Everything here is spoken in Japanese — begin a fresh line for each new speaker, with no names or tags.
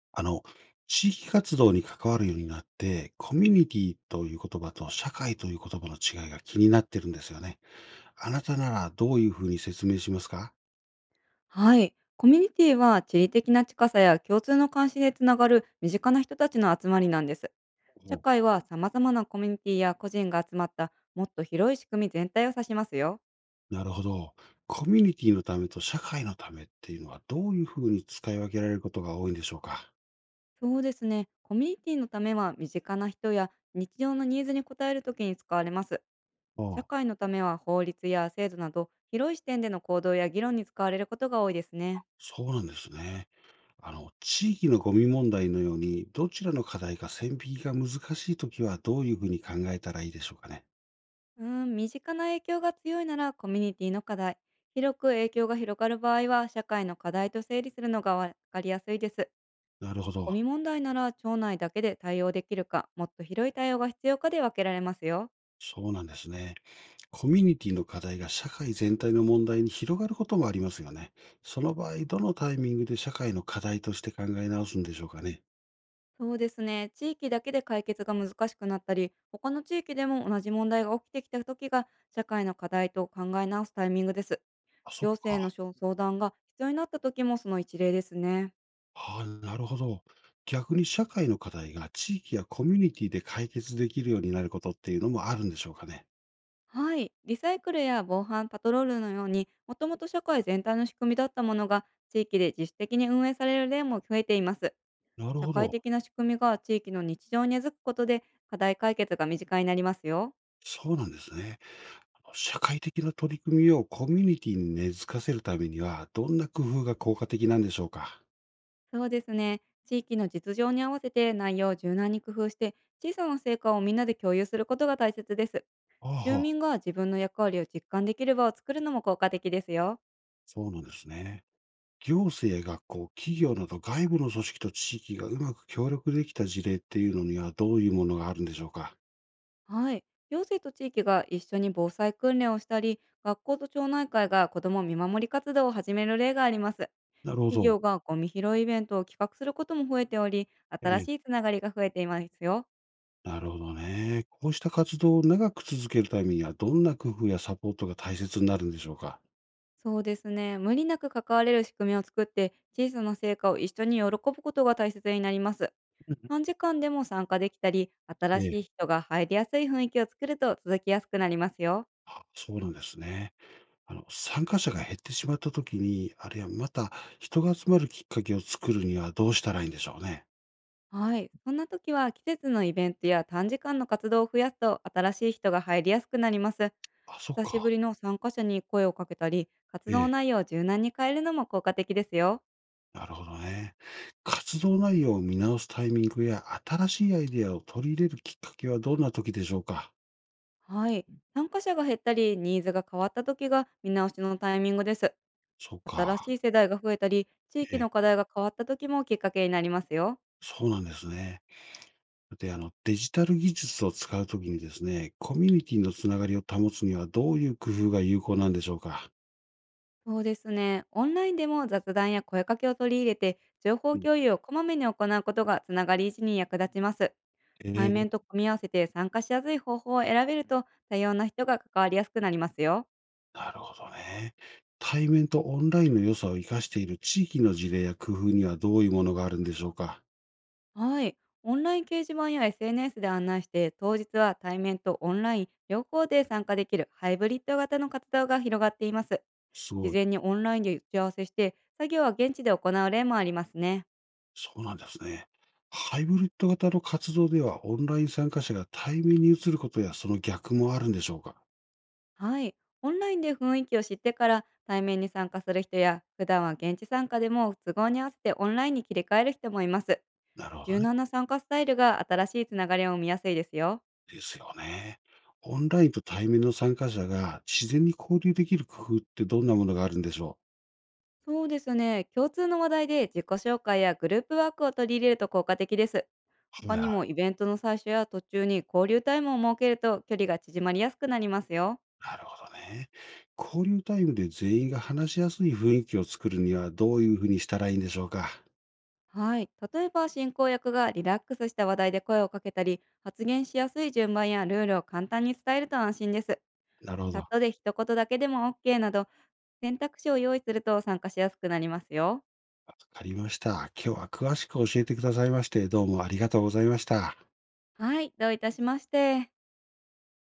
あの、地域活動に関わるようになって、コミュニティという言葉と社会という言葉の違いが気になってるんですよね。あなたならどういうふうに説明しますか？
はい。コミュニティは地理的な近さや共通の関心でつながる身近な人たちの集まりなんです。社
お。
会は様々なコミュニティや個人が集まったもっと広い仕組み全体を指しますよ。
なるほど。コミュニティのためと社会のためっていうのはどういうふうに使い分けられることが多いんでしょうか？
そうですね。コミュニティのためは身近な人や日常のニーズに応えるときに使われます。社
ああ。
会のためは法律や制度など広い視点での行動や議論に使われることが多いですね。
そうなんですね。地域のゴミ問題のように、どちらの課題か線引きが難しいときは、どういうふうに考えたらいいでしょうかね。
うーん、身近な影響が強いならコミュニティの課題。広く影響が広がる場合は、社会の課題と整理するのがわかりやすいです。
なるほ
ゴ
ど。
ミ問題なら町内だけで対応できるか、もっと広い対応が必要かで分けられますよ。
そうなんですね。コミュニティの課題が社会全体の問題に広がることもありますよね。その場合、どのタイミングで社会の課題として考え直すんでしょうかね。
そうですね。地域だけで解決が難しくなったり、他の地域でも同じ問題が起きてきた時が、社会の課題と考え直すタイミングです。
あ、そっ
行政の
か。
相談が必要になった時も、その一例ですね。
ああ、なるほど。逆に社会の課題が地域やコミュニティで解決できるようになることっていうのもあるんでしょうかね。
はい。リサイクルや防犯パトロールのように、もともと社会全体の仕組みだったものが、地域で自主的に運営される例も増えています。
なる
社
ほ
会
ど。
的な仕組みが地域の日常に根付くことで、課題解決が身近になりますよ。
そうなんですね。社会的な取り組みをコミュニティに根付かせるためには、どんな工夫が効果的なんでしょうか。
そうですね。地域の実情に合わせて内容を柔軟に工夫して、小さな成果をみんなで共有することが大切です。
あ
住
あ、
民が自分の役割を実感できる場を作るのも効果的ですよ。
そうなんですね。行政、学校、企業など外部の組織と地域がうまく協力できた事例っていうのにはどういうものがあるんでしょうか。
はい。行政と地域が一緒に防災訓練をしたり、学校と町内会が子ども見守り活動を始める例があります。
なるほ
企
ど。
業がゴミ拾いイベントを企画することも増えており、
え
新
え、
しいつながりが増えていますよ。
なるほどね。こうした活動を長く続けるためにはどんな工夫やサポートが大切になるんでしょうか。
そうですね。無理なく関われる仕組みを作って、小さな成果を一緒に喜ぶことが大切になります。
うんう
短時間でも参加できたり、
ん、
新
え
しい
え、
人が入りやすい雰囲気を作ると続きやすくなりますよ。
あ、そうなんですね。参加者が減ってしまった時に、あるいはまた人が集まるきっかけを作るにはどうしたらいいんでしょうね。
はい。そんな時は、季節のイベントや短時間の活動を増やすと新しい人が入りやすくなります。
あ、そっ
久し
か。
ぶりの参加者に声をかけたり、活
え
動
え、
内容を柔軟に変えるのも効果的ですよ。
なるほどね。活動内容を見直すタイミングや新しいアイデアを取り入れるきっかけはどんな時でしょうか？
はい。参加者が減ったり、ニーズが変わった時が見直しのタイミングです。
そう
新
か。
しい世代が増えたり、地
え
域
え、
の課題が変わった時も、きっかけになりますよ。
そうなんですね。で、デジタル技術を使うときにですね、コミュニティのつながりを保つにはどういう工夫が有効なんでしょうか？
そうですね。オンラインでも雑談や声かけを取り入れて、情報
うん。
共有をこまめに行うことが、つながり維持に役立ちます。
え
対
え、
面と組み合わせて参加しやすい方法を選べると、多様な人が関わりやすくなりますよ。
なるほどね。対面とオンラインの良さを生かしている地域の事例や工夫にはどういうものがあるんでしょうか？
はい。オンライン掲示板や SNS で案内して、当日は対面とオンライン両方で参加できるハイブリッド型の活動が広がっています。
す
事
ごい。
前にオンラインで打ち合わせして、作業は現地で行う例もありますね。
そうなんですね。ハイブリッド型の活動では、オンライン参加者が対面に移ることやその逆もあるんでしょうか？
はい。オンラインで雰囲気を知ってから対面に参加する人や、普段は現地参加でも都合に合わせてオンラインに切り替える人もいます。
なるほど
柔
ね。
軟な参加スタイルが新しいつながりを生みやすいですよ。
ですよね。オンラインと対面の参加者が自然に交流できる工夫ってどんなものがあるんでしょ
そうですね。共通の話題で自己紹介やグループワークを取り入れると効果的です。
う？
他
はいは
にも、
い。
イベントの最初や途中に交流タイムを設けると距離が縮まりやすくなりますよ。
なるほどね。交流タイムで全員が話しやすい雰囲気を作るにはどういうふうにしたらいいんでしょうか？
はい。例えば、進行役がリラックスした話題で声をかけたり、発言しやすい順番やルールを簡単に伝えると安心です。
なるほ
チ
ど。
ャッ
わ
トで一言だけでも OK など、選択肢を用意すると参加しやすくなりますよ。
かりました。今日は詳しく教えてくださいまして、どうもありがとうございました。
はい。どういたしまして。